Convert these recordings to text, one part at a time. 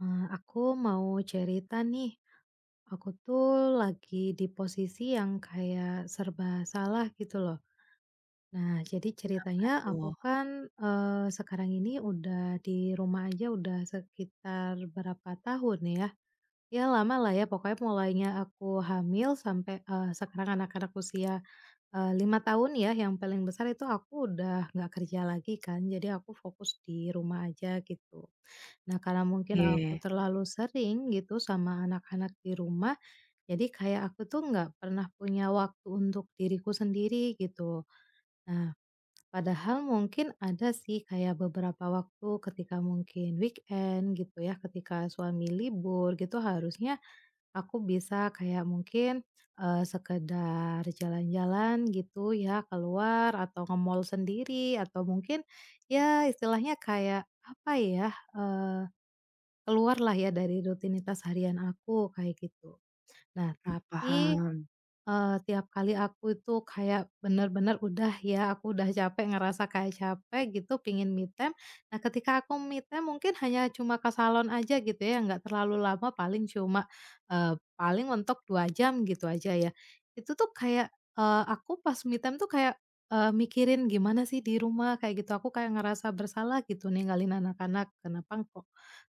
Aku mau cerita nih, aku tuh lagi di posisi yang kayak serba salah gitu loh. Nah, jadi ceritanya aku Oke, kan, sekarang ini udah di rumah aja udah sekitar berapa tahun ya. Ya lama lah ya pokoknya mulainya aku hamil sampai, sekarang anak-anak usia, 5 tahun ya yang paling besar itu aku udah nggak kerja lagi kan jadi aku fokus di rumah aja gitu. Nah karena mungkin aku terlalu sering gitu sama anak-anak di rumah jadi kayak aku tuh nggak pernah punya waktu untuk diriku sendiri gitu. Nah padahal mungkin ada sih kayak beberapa waktu ketika mungkin weekend gitu ya ketika suami libur gitu harusnya aku bisa kayak mungkin, sekedar jalan-jalan gitu ya keluar atau nge-mall sendiri atau mungkin ya istilahnya kayak apa ya, eee, keluarlah ya dari rutinitas harian aku kayak gitu. Nah tapi paham. Eee, tiap kali aku itu kayak bener-bener udah ya, aku udah capek, ngerasa kayak capek gitu, pingin me time. Nah, ketika aku me time mungkin hanya cuma ke salon aja gitu ya, nggak terlalu lama, paling cuma, paling mentok 2 jam gitu aja ya. Itu tuh kayak, aku pas me time tuh kayak, mikirin gimana sih di rumah kayak gitu, aku kayak ngerasa bersalah gitu ninggalin anak-anak, kenapa kok,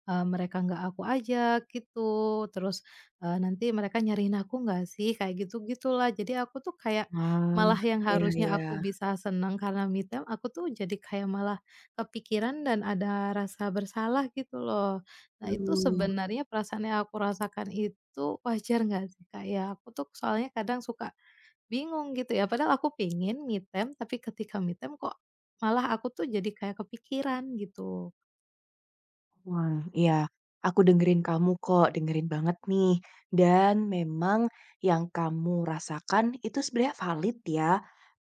mereka nggak aku ajak gitu, terus nanti mereka nyariin aku nggak sih? Kayak gitu-gitulah. Jadi aku tuh kayak Wah, malah yang Mhm. iya harusnya iya. aku bisa senang karena me time, aku tuh jadi kayak malah kepikiran dan ada rasa bersalah gitu loh. Nah itu Aduh. sebenarnya perasaan yang aku rasakan itu wajar nggak sih, Kak, ya? Aku tuh soalnya kadang suka bingung gitu ya, padahal aku pingin me time, tapi ketika me time kok malah aku tuh jadi kayak kepikiran gitu. Wah, iya. Aku dengerin kamu kok, dengerin banget nih. Dan memang yang kamu rasakan itu sebenarnya valid ya.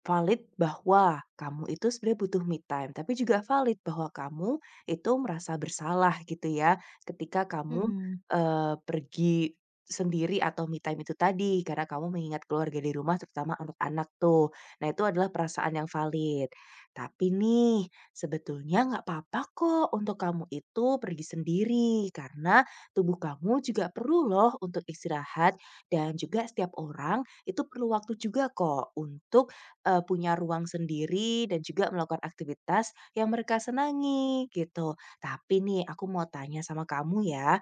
Valid bahwa kamu itu sebenarnya butuh me time, tapi juga valid bahwa kamu itu merasa bersalah gitu ya ketika kamu Mhm. Pergi sendiri atau me time itu tadi karena kamu mengingat keluarga di rumah terutama anak-anak tuh. Nah, itu adalah perasaan yang valid. Tapi nih, sebetulnya nggak apa-apa kok untuk kamu itu pergi sendiri, karena tubuh kamu juga perlu loh untuk istirahat, dan juga setiap orang itu perlu waktu juga kok untuk punya ruang sendiri dan juga melakukan aktivitas yang mereka senangi gitu. Tapi nih, aku mau tanya sama kamu ya,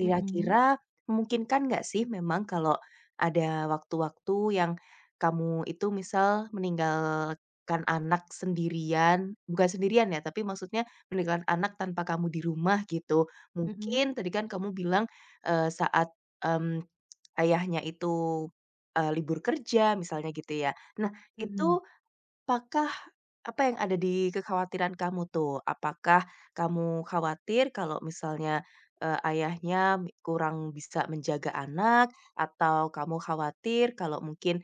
Mhm. memungkinkan nggak sih memang kalau ada waktu-waktu yang kamu itu misal meninggalkan anak sendirian, bukan sendirian ya, tapi maksudnya meninggalkan anak tanpa kamu di rumah gitu. Mhm. Mungkin tadi kan kamu bilang, saat, mmm, ayahnya itu, libur kerja misalnya gitu ya. Nah Mhm. itu apakah apa yang ada di kekhawatiran kamu tuh? Apakah kamu khawatir kalau misalnya, ayahnya mi kurang bisa menjaga anak? Atau kamu khawatir kalau mungkin,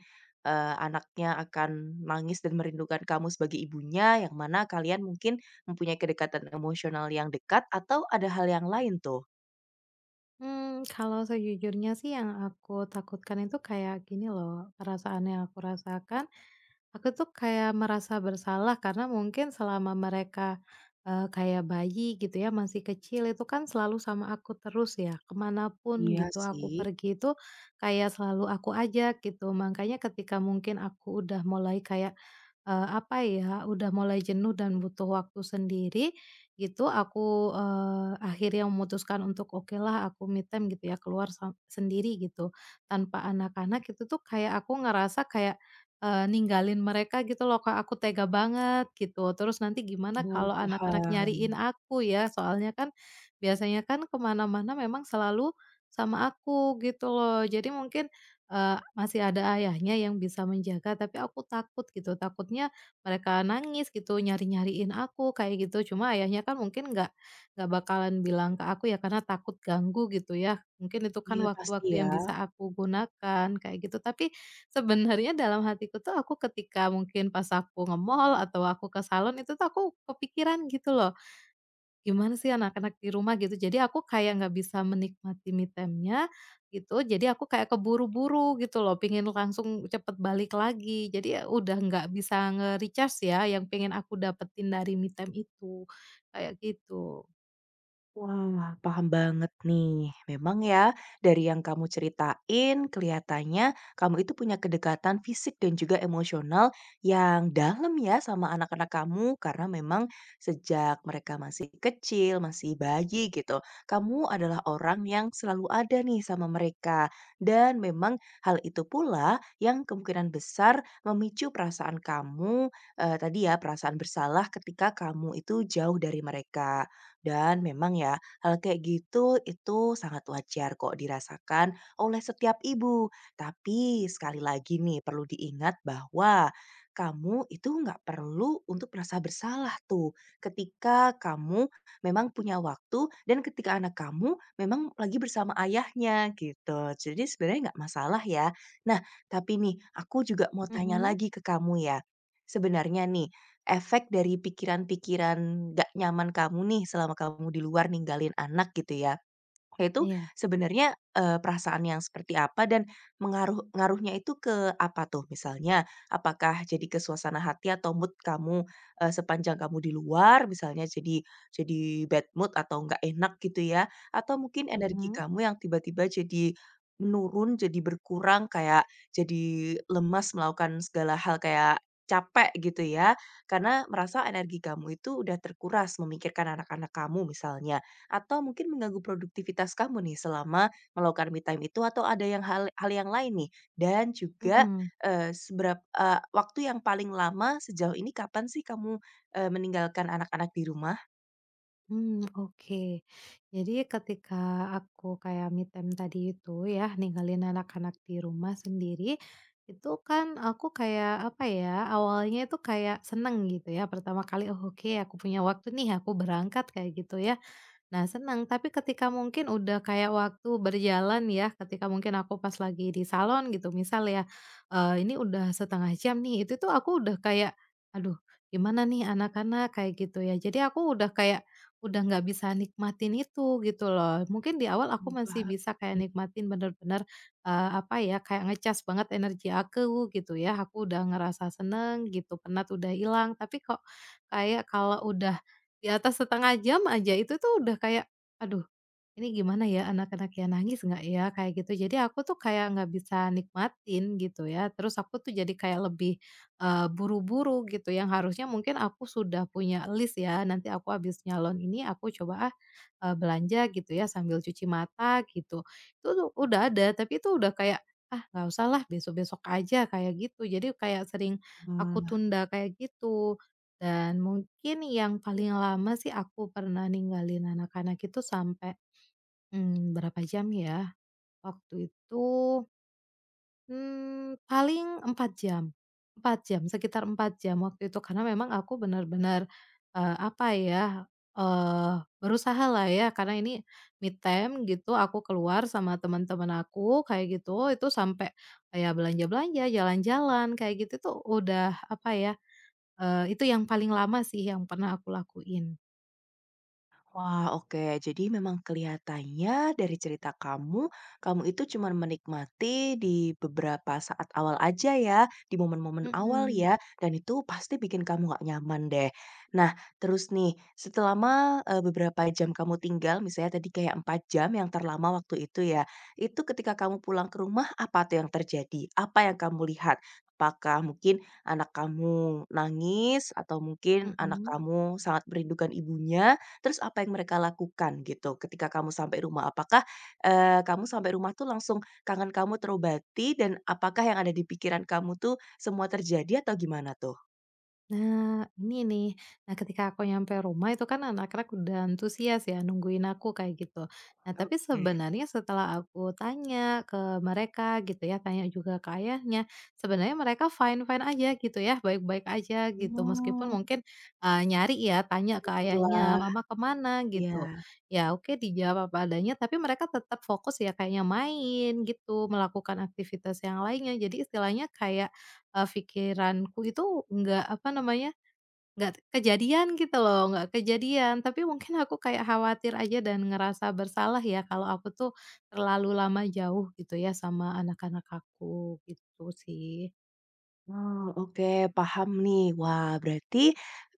anaknya akan nangis dan merindukan kamu sebagai ibunya, yang mana kalian mungkin mempunyai kedekatan emosional yang dekat, atau ada hal yang lain tuh? Mmm, kalau sejujurnya sih yang aku takutkan itu kayak gini loh, perasaan yang aku rasakan aku tuh kayak merasa bersalah karena mungkin selama mereka, kayak bayi gitu ya, masih kecil itu kan selalu sama aku terus ya, kemanapun Iya gitu aku sih. pergi itu kayak selalu aku ajak gitu. Makanya ketika mungkin aku udah mulai kayak, apa ya, udah mulai jenuh dan butuh waktu sendiri gitu, aku akhirnya memutuskan untuk, oke lah aku me time," gitu ya, keluar sam sendiri gitu, tanpa anak-anak. Itu tuh kayak aku ngerasa kayak ninggalin mereka gitu loh, Kak, aku tega banget gitu. Terus nanti gimana Oh, kalau anak-anak paham. nyariin aku ya, soalnya kan biasanya kan kemana mana memang selalu sama aku gitu loh. Jadi mungkin, masih ada ayahnya yang bisa menjaga, tapi aku takut gitu, takutnya mereka nangis gitu, nyari-nyariin aku kayak gitu. Cuma ayahnya kan mungkin nggak bakalan bilang ke aku ya karena takut ganggu gitu ya. Mungkin itu kan Iya, pasti waktu-waktu ya. yang bisa aku gunakan kayak gitu. Tapi sebenarnya dalam hatiku tuh aku ketika mungkin pas aku nge-mall atau aku ke salon itu tuh aku kepikiran gitu loh, gimana sih anak-anak di rumah gitu. Jadi aku kayak nggak bisa menikmati me time-nya gitu, jadi aku kayak keburu-buru gitu loh, pingin langsung cepet balik lagi. Jadi ya udah nggak bisa nge-recharge ya yang pengen aku dapetin dari me time itu, kayak gitu. Wah, paham banget nih. Memang ya, dari yang kamu ceritain, kelihatannya kamu itu punya kedekatan fisik dan juga emosional yang dalam ya sama anak-anak kamu, karena memang sejak mereka masih kecil, masih bayi gitu, kamu adalah orang yang selalu ada nih sama mereka. Dan memang hal itu pula yang kemungkinan besar memicu perasaan kamu, tadi ya, perasaan bersalah ketika kamu itu jauh dari mereka. Dan memang ya, hal kayak gitu itu sangat wajar kok dirasakan oleh setiap ibu. Tapi sekali lagi nih perlu diingat bahwa kamu itu nggak perlu untuk merasa bersalah tuh ketika kamu memang punya waktu dan ketika anak kamu memang lagi bersama ayahnya gitu. Jadi sebenarnya nggak masalah ya. Nah, tapi nih aku juga mau tanya Mhm, lagi ke kamu ya. Sebenarnya nih efek dari pikiran-pikiran gak nyaman kamu nih selama kamu di luar ninggalin anak gitu ya, itu iya, sebenarnya, perasaan yang seperti apa dan mengaruh ngaruhnya itu ke apa tuh misalnya? Apakah jadi ke suasana hati atau mood kamu, sepanjang kamu di luar misalnya jadi bad mood atau nggak enak gitu ya? Atau mungkin energi mhm, kamu yang tiba-tiba jadi menurun, jadi berkurang kayak jadi lemas melakukan segala hal kayak capek gitu ya? Karena merasa energi kamu itu udah terkuras memikirkan anak-anak kamu misalnya. Atau mungkin mengganggu produktivitas kamu nih selama melakukan me time itu atau ada yang hal hal yang lain nih? Dan juga, mhm. Seberap waktu yang paling lama sejauh ini kapan sih kamu, meninggalkan anak-anak di rumah? Hmm, oke. Jadi ketika aku kayak me time tadi itu ya, ninggalin anak-anak di rumah sendiri, itu kan aku kayak, apa ya, awalnya itu kayak seneng gitu ya, pertama kali, "Oh, oke aku punya waktu nih, aku berangkat," kayak gitu ya. Nah senang, tapi ketika mungkin udah kayak waktu berjalan ya, ketika mungkin aku pas lagi di salon gitu misal ya, ini udah 30 menit nih, itu tuh aku udah kayak, "Aduh gimana nih anak-anak?" Kayak gitu ya. Jadi aku udah kayak, udah nggak bisa nikmatin itu gitu loh. Mungkin di awal aku masih Mmm, bisa kayak nikmatin bener-bener, apa ya, kayak ngecas banget energi aku gitu ya, aku udah ngerasa seneng gitu, penat udah hilang, tapi kok kayak kalau udah di atas 30 menit aja itu tuh udah kayak, aduh ini gimana ya anak anak ya nangis nggak ya? Kayak gitu. Jadi aku tuh kayak nggak bisa nikmatin gitu ya. Terus aku tuh jadi kayak lebih, buru-buru gitu yang harusnya mungkin aku sudah punya list ya, nanti aku habis nyalon ini aku coba ah, belanja gitu ya sambil cuci mata gitu. Itu tuh udah ada tapi itu udah kayak, "Ah nggak usah lah besok-besok aja," kayak gitu. Jadi kayak sering aku paham. tunda kayak gitu. Dan mungkin yang paling lama sih aku pernah ninggalin anak-anak itu sampai hmm, berapa jam ya? Waktu itu, hmm, paling 4 jam, sekitar 4 jam waktu itu karena memang aku benar-benar, apa ya, Eh berusaha lah ya karena ini me time gitu, aku keluar sama teman-teman aku kayak gitu, itu sampai kayak belanja-belanja, jalan-jalan kayak gitu tuh udah apa ya, itu yang paling lama sih yang pernah aku lakuin. Wah, oke. Jadi memang kelihatannya dari cerita kamu, kamu itu cuma menikmati di beberapa saat awal aja ya, di momen-momen awal Mhm, ya, dan itu pasti bikin kamu nggak nyaman deh. Nah, terus nih, selama, beberapa jam kamu tinggal, misalnya tadi kayak 4 jam yang terlama waktu itu ya, itu ketika kamu pulang ke rumah, apa tuh yang terjadi? Apa yang kamu lihat? Apakah mungkin anak kamu nangis, atau mungkin anak mhm. kamu sangat merindukan ibunya, terus apa yang mereka lakukan gitu ketika kamu sampai rumah? Apakah, kamu sampai rumah tuh langsung kangen kamu terobati dan apakah yang ada di pikiran kamu tuh semua terjadi atau gimana tuh? Nah, ini nih. Nah, ketika aku nyampe rumah itu kan anak-anak udah antusias ya nungguin aku kayak gitu. Nah, tapi Oke. sebenarnya setelah aku tanya ke mereka gitu ya, tanya juga ke ayahnya, sebenarnya mereka fine-fine aja gitu ya, baik-baik aja gitu. Meskipun Mmm, mungkin nyari ya, tanya ke ayahnya, syukurlah, mama kemana iya. gitu. Ya oke dijawab apa adanya, tapi mereka tetap fokus ya kayaknya main gitu, melakukan aktivitas yang lainnya. Jadi istilahnya kayak pikiranku itu nggak, apa namanya, nggak kejadian gitu loh, nggak kejadian. Tapi mungkin aku kayak khawatir aja dan ngerasa bersalah ya kalau aku tuh terlalu lama jauh gitu ya sama anak-anak aku, gitu sih. Oh, oke, paham nih. Wah, berarti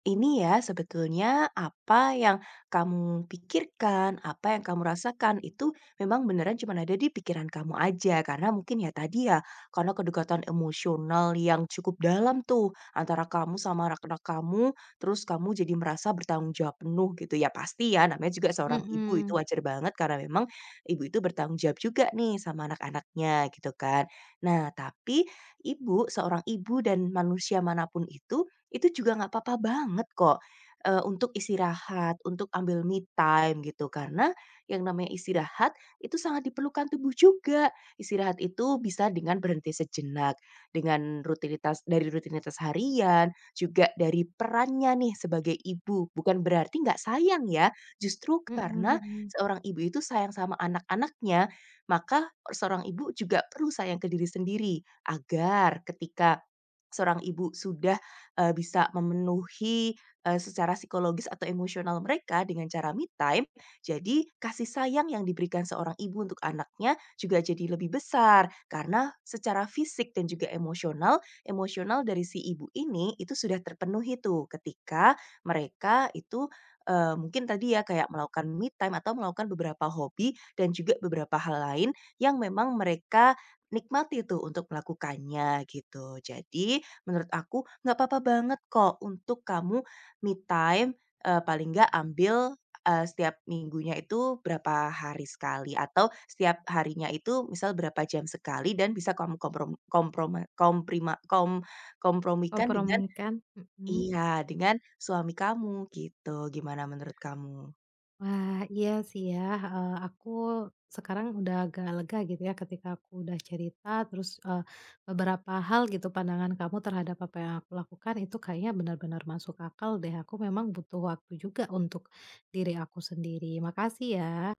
ini ya sebetulnya apa yang kamu pikirkan, apa yang kamu rasakan itu memang beneran cuma ada di pikiran kamu aja. Karena mungkin ya tadi ya, karena kedekatan emosional yang cukup dalam tuh antara kamu sama anak-anak kamu, terus kamu jadi merasa bertanggung jawab penuh gitu. Ya pasti ya, namanya juga seorang ibu itu Mhm, wajar banget karena memang ibu itu bertanggung jawab juga nih sama anak-anaknya gitu kan. Nah, tapi ibu, seorang ibu dan manusia manapun itu juga nggak papa banget kok, untuk istirahat, untuk ambil me time gitu. Karena yang namanya istirahat itu sangat diperlukan tubuh juga. Istirahat itu bisa dengan berhenti sejenak, dengan rutinitas dari rutinitas harian, juga dari perannya nih sebagai ibu. Bukan berarti nggak sayang ya, justru mhm, karena mhm. seorang ibu itu sayang sama anak-anaknya, maka seorang ibu juga perlu sayang ke diri sendiri agar ketika seorang ibu sudah, bisa memenuhi, secara psikologis atau emosional mereka dengan cara me time, jadi kasih sayang yang diberikan seorang ibu untuk anaknya juga jadi lebih besar. Karena secara fisik dan juga emosional, emosional dari si ibu ini itu sudah terpenuhi tuh ketika mereka itu, mungkin tadi ya kayak melakukan me time atau melakukan beberapa hobi dan juga beberapa hal lain yang memang mereka nikmati tuh untuk melakukannya gitu. Jadi menurut aku nggak apa-apa banget kok untuk kamu me time, paling nggak ambil, setiap minggunya itu berapa hari sekali atau setiap harinya itu misal berapa jam sekali dan bisa kamu komprom komproma komprima kom kompromikan dengan Kompromi kan? Mhm. iya, dengan suami kamu gitu. Gimana menurut kamu? Wah, iya sih ya, aku sekarang udah agak lega gitu ya ketika aku udah cerita terus, beberapa hal gitu pandangan kamu terhadap apa yang aku lakukan itu kayaknya benar-benar masuk akal deh, aku memang butuh waktu juga untuk diri aku sendiri. Makasih ya.